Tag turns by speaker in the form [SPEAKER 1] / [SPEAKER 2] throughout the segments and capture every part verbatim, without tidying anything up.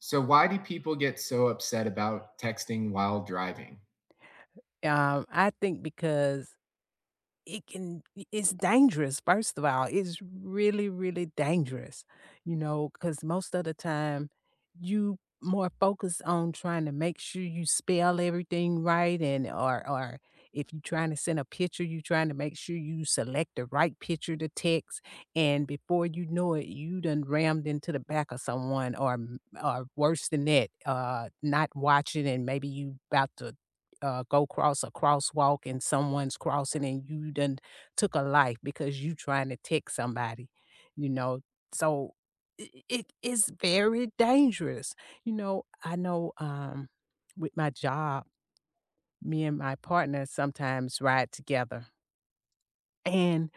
[SPEAKER 1] So, why do people get so upset about texting while driving?
[SPEAKER 2] Um, I think because it can I it's dangerous. First of all, it's really, really dangerous, you know, because most of the time, you more focus on trying to make sure you spell everything right and or or if you're trying to send a picture, you're trying to make sure you select the right picture to text, and before you know it, you done rammed into the back of someone or m or worse than that, uh, not watching and maybe you' about to uh, go cross a crosswalk and someone's crossing and you done took a life because you trying to text somebody, you know. So i- it is very dangerous. You know, I know um, with my job, me and my partner sometimes ride together. And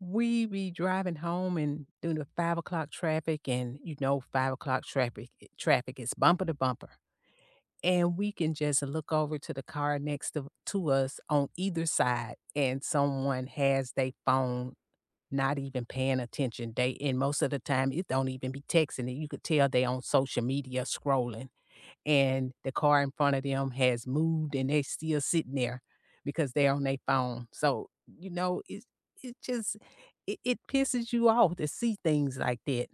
[SPEAKER 2] we be driving home and doing the five o'clock traffic, and you know, five o'clock traffic traffic is bumper to bumper and we can just look over to the car next to to us on either side, and someone has their phone not even paying attention. They and Most of the time, it don't even be texting it. You could tell they on social media scrolling, and the car in front of them has moved, and they still sitting there because they're on their phone. So, you know, it it just it, it pisses you off to see things like that.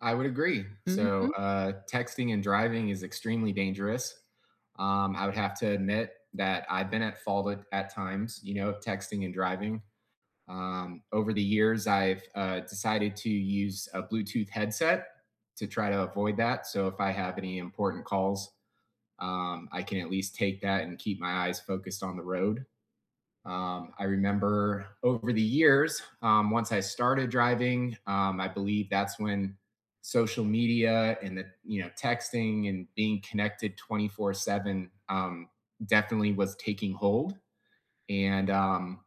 [SPEAKER 1] I would agree. So,
[SPEAKER 2] Mhm,
[SPEAKER 1] uh, texting and driving is extremely dangerous. Um, I would have to admit that I've been at fault at, at times, you know, of texting and driving. Um, over the years, I've uh, decided to use a Bluetooth headset to try to avoid that. So, if I have any important calls, um, I can at least take that and keep my eyes focused on the road. Um, I remember over the years, um, once I started driving, um, I believe that's when social media and the you know texting and being connected twenty-four seven um, definitely was taking hold. And um,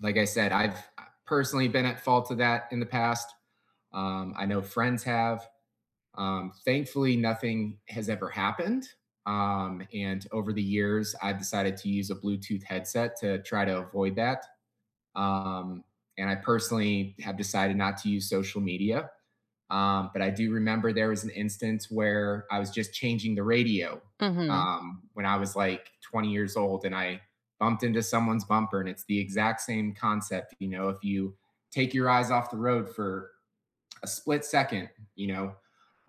[SPEAKER 1] like I said, I've uh, personally been at fault of that in the past. Um, I know friends have. Um, thankfully, nothing has ever happened. Um, and over the years, I've decided to use a Bluetooth headset to try to avoid that, um, and I personally have decided not to use social media. Um, but I do remember there was an instance where I was just changing the radio,
[SPEAKER 2] mhm.
[SPEAKER 1] um, when I was like twenty years old, and I bumped into someone's bumper. And it's the exact same concept. You know, if you take your eyes off the road for a split second, you know,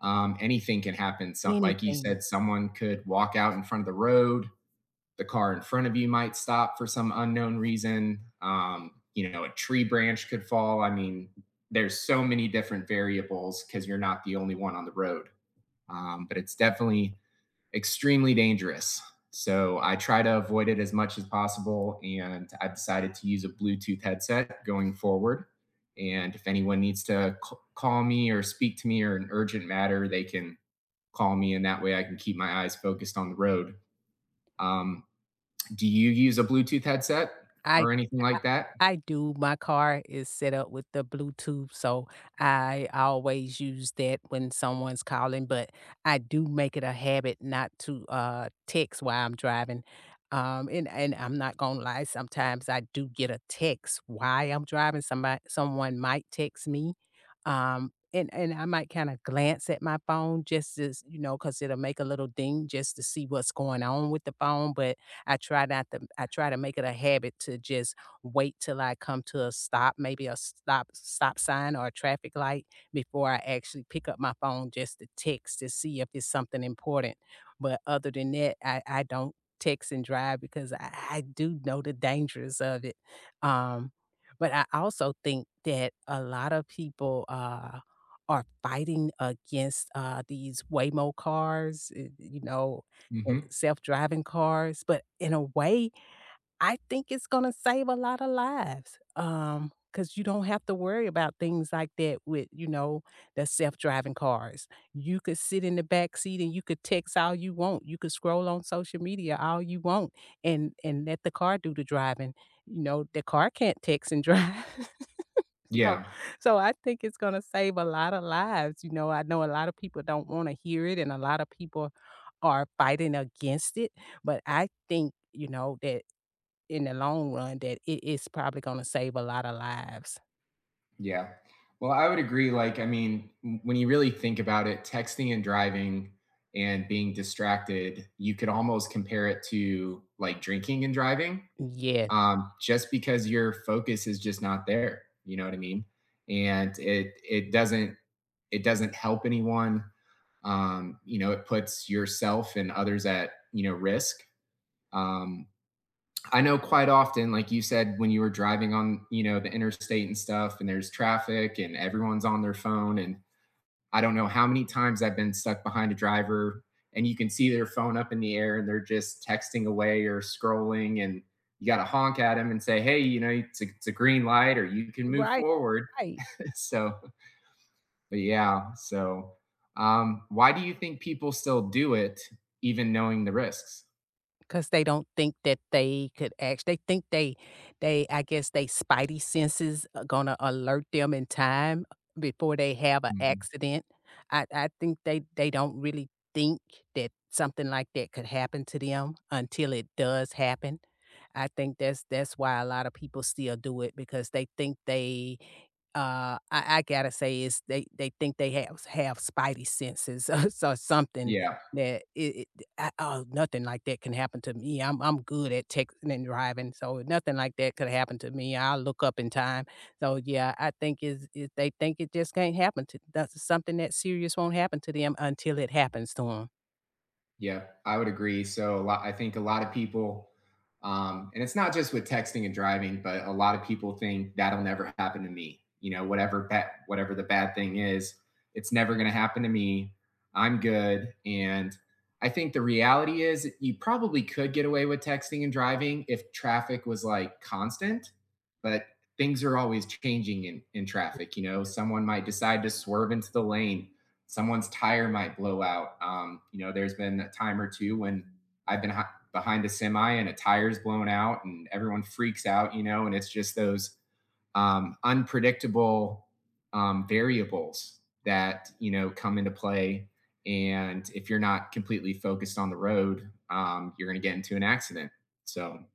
[SPEAKER 1] um, anything can happen. So, like you
[SPEAKER 2] Anything.
[SPEAKER 1] said, someone could walk out in front of the road, the car in front of you might stop for some unknown reason. Um, you know, a tree branch could fall. I mean, there's so many different variables because you're not the only one on the road. Um, but it's definitely extremely dangerous. So I try to avoid it as much as possible. And I've decided to use a Bluetooth headset going forward. And if anyone needs to call me or speak to me or an urgent matter, they can call me. And that way I can keep my eyes focused on the road. Um, do you use a Bluetooth headset
[SPEAKER 2] I.
[SPEAKER 1] or anything like that?
[SPEAKER 2] I do. My car is set up with the Bluetooth, so I always use that when someone's calling, but I do make it a habit not to uh text while I'm driving. Um and and I'm not gonna lie, sometimes I do get a text while I'm driving. Somebody someone might text me. Um and, and I might kind of glance at my phone just as, you know, because it'll make a little ding just to see what's going on with the phone. But I try not to, I try to make it a habit to just wait till I come to a stop, maybe a stop stop sign or a traffic light before I actually pick up my phone just to text to see if it's something important. But other than that, I, I don't text and drive because I, I do know the dangers of it. Um, but I also think that a lot of people uh, are fighting against uh, these Waymo cars, uh, you know,
[SPEAKER 1] Hmm.
[SPEAKER 2] self driving cars. But in a way, I think it's gonna save a lot of lives, um, cause you don't have to worry about things like that with, you know, the self-driving cars. You could sit in the back seat and you could text all you want, you could scroll on social media all you want and and let the car do the driving. You know, the car can't text and drive. So
[SPEAKER 1] Yeah.
[SPEAKER 2] so I think it's gonna save a lot of lives. You know, I know a lot of people don't wanna hear it and a lot of people are fighting against it, but I think, you know, that in the long run that it is probably gonna save a lot of lives.
[SPEAKER 1] Yeah. Well, I would agree. Like, I mean, w- when you really think about it, texting and driving and being distracted, you could almost compare it to like drinking and driving,
[SPEAKER 2] Yes.
[SPEAKER 1] um, just because your focus is just not there. You know what I mean? And it it doesn't it doesn't help anyone. Um, you know, it puts yourself and others at you know risk. Um, I know quite often, like you said, when you were driving on, you know, the interstate and stuff, and there's traffic and everyone's on their phone. And I don't know how many times I've been stuck behind a driver, and you can see their phone up in the air and they're just texting away or scrolling. And you got to honk at them and say, hey, you know, it's a, it's a green light or you can move
[SPEAKER 2] Right,
[SPEAKER 1] forward.
[SPEAKER 2] right.
[SPEAKER 1] So, but yeah. So, um, why do you think people still do it, even knowing the risks?
[SPEAKER 2] 'Cause they don't think that they could actually. they think they they I guess they spidey senses are gonna alert them in time before they have an
[SPEAKER 1] Mhm.
[SPEAKER 2] accident. I I think they they don't really think that something like that could happen to them until it does happen. I think that's that's why a lot of people still do it because they think they uh, I I gotta say is they they think they have have spidey senses or so something
[SPEAKER 1] Yeah.
[SPEAKER 2] that it I oh, nothing like that can happen to me. I'm I'm good at texting and driving, so nothing like that could happen to me. I'll look up in time. So yeah, I think is is they think it just can't happen to that's something that serious won't happen to them until it happens to them.
[SPEAKER 1] Yeah, I would agree. So a lot, I think a lot of people, um, and it's not just with texting and driving, but a lot of people think, that'll never happen to me. You know, whatever bad, whatever the bad thing is, it's never going to happen to me. I'm good. And I think the reality is you probably could get away with texting and driving if traffic was like constant, but things are always changing in, in traffic. You know, someone might decide to swerve into the lane. Someone's tire might blow out. Um, you know, there's been a time or two when I've been hi- behind the semi and a tire's blown out and everyone freaks out, you know, and it's just those, um, unpredictable, um, variables that, you know, come into play. And if you're not completely focused on the road, um, you're going to get into an accident. So,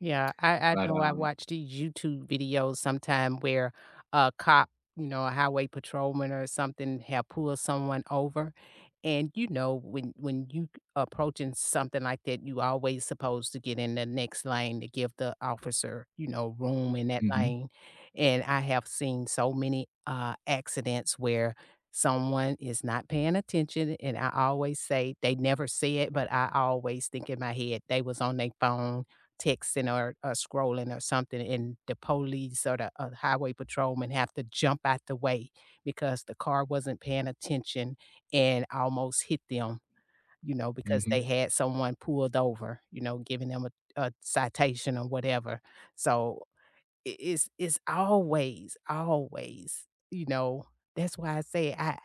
[SPEAKER 2] Yeah, I I
[SPEAKER 1] but
[SPEAKER 2] know I
[SPEAKER 1] um,
[SPEAKER 2] watch these YouTube videos sometime where a cop, you know, a highway patrolman or something have pulled someone over, and, you know, when when you approaching something like that, you always supposed to get in the next lane to give the officer, you know, room in that
[SPEAKER 1] mhm,
[SPEAKER 2] lane, and I have seen so many, uh, accidents where someone is not paying attention, and I always say they never say it, but I always think in my head, "They was on their phone," texting or, or scrolling or something, and the police or the uh, highway patrolman have to jump out the way because the car wasn't paying attention and almost hit them, you know, because
[SPEAKER 1] mhm,
[SPEAKER 2] they had someone pulled over, you know, giving them a, a citation or whatever. So i- it's it's always, always, you know, that's why I say I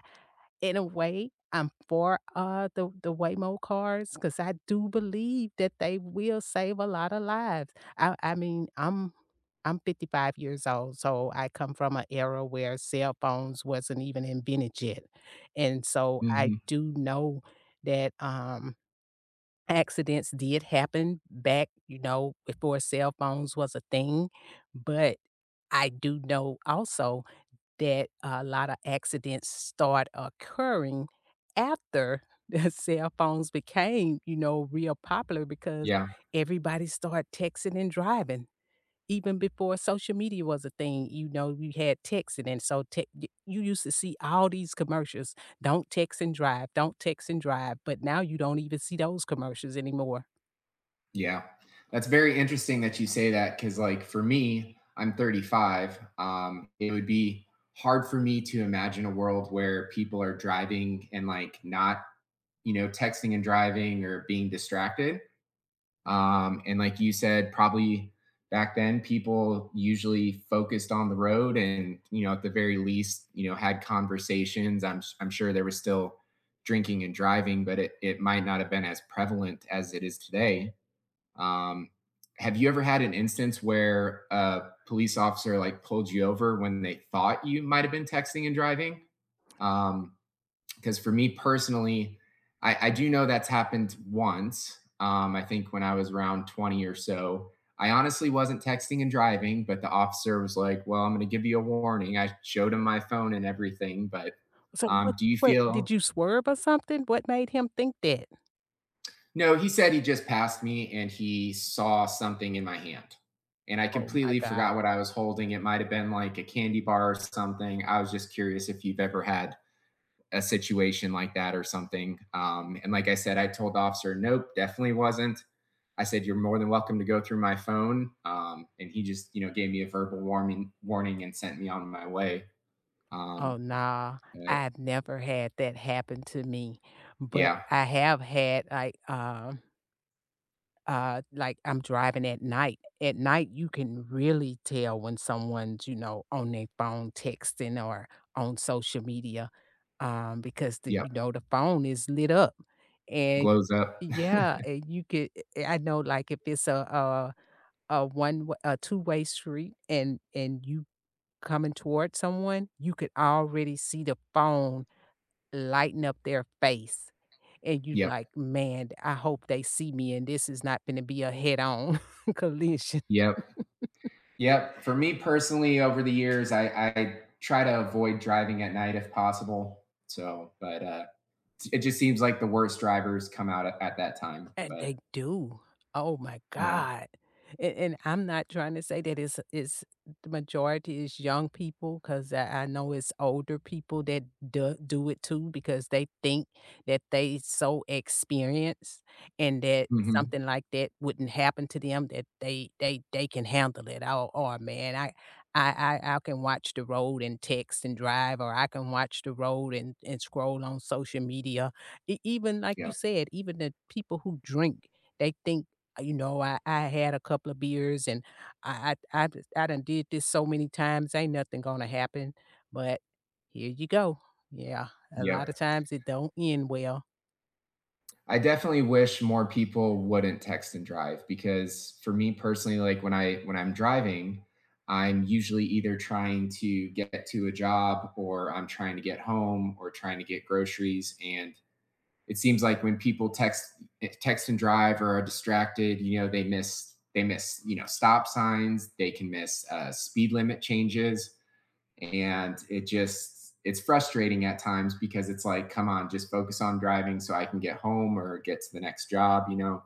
[SPEAKER 2] in a way, I'm for, uh, the the Waymo cars because I do believe that they will save a lot of lives. I I mean, I'm I'm fifty-five years old, so I come from an era where cell phones wasn't even invented yet, and so I
[SPEAKER 1] mhm.
[SPEAKER 2] do know that, um, accidents did happen back, you know, before cell phones was a thing, but I do know also that a lot of accidents start occurring after the cell phones became, you know, real popular because
[SPEAKER 1] Yeah.
[SPEAKER 2] everybody started texting and driving. Even before social media was a thing, you know, you had texting. And so te- y- you used to see all these commercials don't text and drive, don't text and drive. But now you don't even see those commercials anymore.
[SPEAKER 1] Yeah. That's very interesting that you say that because, like, for me, I'm thirty-five. Um, it would be hard for me to imagine a world where people are driving and, like, not, you know, texting and driving or being distracted. Um, and, like you said, probably back then, people usually focused on the road and, you know, at the very least, you know, had conversations. I'm, i I'm sure there was still drinking and driving, but it, it might not have been as prevalent as it is today. Um, have you ever had an instance where a police officer like pulled you over when they thought you might have been texting and driving? Um, Because for me personally, I, I do know that's happened once. Um, I think when I was around twenty or so, I honestly wasn't texting and driving, but the officer was like, well, I'm going to give you a warning. I showed him my phone and everything. But
[SPEAKER 2] So,
[SPEAKER 1] um,
[SPEAKER 2] what,
[SPEAKER 1] do you
[SPEAKER 2] what did
[SPEAKER 1] feel
[SPEAKER 2] you swerve or something? What made him think that?
[SPEAKER 1] no, he said he just passed me and he saw something in my hand. And I
[SPEAKER 2] Oh my
[SPEAKER 1] completely
[SPEAKER 2] God.
[SPEAKER 1] forgot what I was holding. It might have been like a candy bar or something. I was just curious if you've ever had a situation like that or something. Um, and like I said, I told the officer, nope, definitely wasn't. I said, you're more than welcome to go through my phone. Um, and he just, you know, gave me a verbal warning, warning and sent me on my way.
[SPEAKER 2] Oh,
[SPEAKER 1] Um,
[SPEAKER 2] nah,
[SPEAKER 1] but
[SPEAKER 2] I've never had that happen to me, but
[SPEAKER 1] yeah,
[SPEAKER 2] I have had, like, um, uh, like, I'm driving at night. At night, you can really tell when someone's, you know, on their phone texting or on social media, um, because the
[SPEAKER 1] yep,
[SPEAKER 2] you know, the phone is lit up, and
[SPEAKER 1] glows up.
[SPEAKER 2] yeah, and you could eh, I know, like, if it's a a a one wa a two-way street and and you coming toward someone, you could already see the phone Lighten up their face, and you
[SPEAKER 1] Yep,
[SPEAKER 2] like, "Man, I hope they see me, and this is not going to be a head-on collision."
[SPEAKER 1] yep. Yep. For me personally, over the years, I, I try to avoid driving at night if possible. So, but uh, it just seems like the worst drivers come out at, at that time.
[SPEAKER 2] And
[SPEAKER 1] But
[SPEAKER 2] they do. Oh my
[SPEAKER 1] yeah.
[SPEAKER 2] god. And and I'm not trying to say that it's it's the majority is young people 'cause I I know it's older people that do do it too because they think that they so experienced and that
[SPEAKER 1] Hmm.
[SPEAKER 2] something like that wouldn't happen to them, that they they they can handle it. Oh, oh man, I I I I can watch the road and text and drive, or I can watch the road and and scroll on social media. E even like you
[SPEAKER 1] Yep.
[SPEAKER 2] said, even the people who drink, they think, "Uh, you know, I I had a couple of beers and I I I d- I done did this so many times, ain't nothing gonna happen, but here you go. Yeah, a lot of
[SPEAKER 1] Yep.
[SPEAKER 2] times it don't end well.
[SPEAKER 1] I definitely wish more people wouldn't text and drive because for me personally, like when I when I'm driving, I'm usually either trying to get to a job or I'm trying to get home or trying to get groceries. And it seems like when people text text and drive or are distracted, you know, they miss they miss you know stop signs, they can miss, uh, speed limit changes, and it just it's frustrating at times because it's like, come on, just focus on driving so I can get home or get to the next job, you know.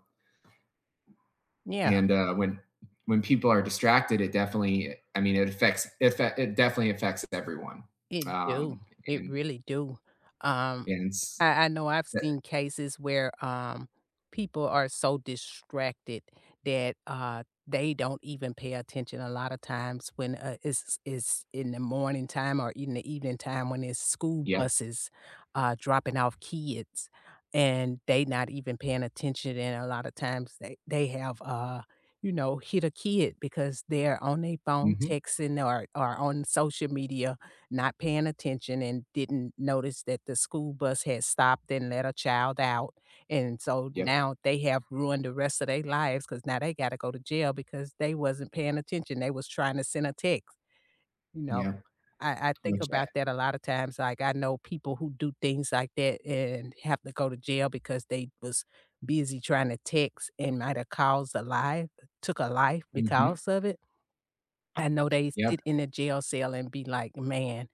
[SPEAKER 2] Yeah,
[SPEAKER 1] And uh, when when people are distracted, it definitely I mean, it affects it, affect- it definitely affects everyone.
[SPEAKER 2] it do.
[SPEAKER 1] Um,
[SPEAKER 2] It
[SPEAKER 1] and
[SPEAKER 2] really do. Um,
[SPEAKER 1] and it's-
[SPEAKER 2] I I know I've seen cases where, um, people are so distracted that, uh, they don't even pay attention a lot of times when, uh, it's it's in the morning time or in the evening time when it's school
[SPEAKER 1] Yeah.
[SPEAKER 2] buses, uh, dropping off kids, and they not even paying attention, and a lot of times they they have, uh, you know, hit a kid because they're on their phone
[SPEAKER 1] Hmm.
[SPEAKER 2] texting or or on social media not paying attention and didn't notice that the school bus had stopped and let a child out, and so
[SPEAKER 1] Yep.
[SPEAKER 2] now they have ruined the rest of their lives because now they gotta go to jail because they wasn't paying attention, they was trying to send a text, you know?
[SPEAKER 1] Yeah.
[SPEAKER 2] I I think
[SPEAKER 1] Which.
[SPEAKER 2] about that a lot of times, like, I know people who do things like that and have to go to jail because they was busy trying to text and might've caused a life took a life
[SPEAKER 1] Mhm.
[SPEAKER 2] because of it. I know they
[SPEAKER 1] Yep,
[SPEAKER 2] sit in a jail cell and be like, "Man,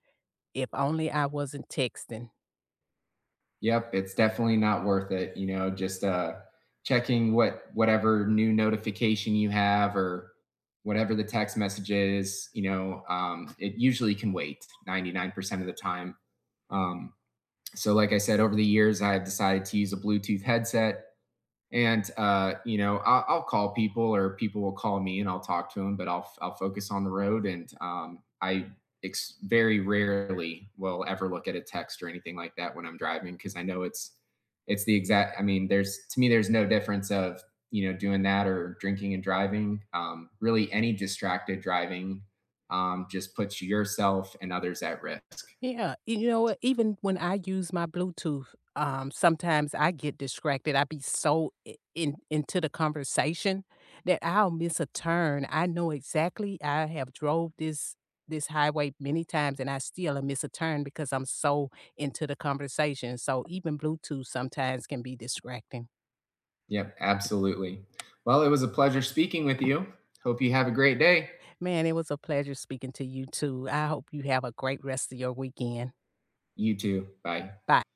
[SPEAKER 2] if only I wasn't texting."
[SPEAKER 1] yep, it's definitely not worth it, you know, just, uh, checking what whatever new notification you have or whatever the text message is, you know, um, it usually can wait ninety-nine percent of the time. Um, so like I said, over the years, I have decided to use a Bluetooth headset, and uh, you know I'll, I'll call people or people will call me and I'll talk to them, but i'll i'll focus on the road. And um, i ex- very rarely will ever look at a text or anything like that when I'm driving, because I know it's it's the exact, I mean, there's, to me, there's no difference of you know doing that or drinking and driving. Um, really, any distracted driving, um, just puts yourself and others at risk.
[SPEAKER 2] Yeah, you know what, even when I use my Bluetooth, um, sometimes I get distracted. I be so I in into the conversation that I'll miss a turn. I know exactly I have drove this this highway many times and I still a miss a turn because I'm so into the conversation. So even Bluetooth sometimes can be distracting.
[SPEAKER 1] Yep, absolutely. Well, it was a pleasure speaking with you. Hope you have a great day.
[SPEAKER 2] Man, it was a pleasure speaking to you too. I hope you have a great rest of your weekend.
[SPEAKER 1] You too. Bye.
[SPEAKER 2] Bye.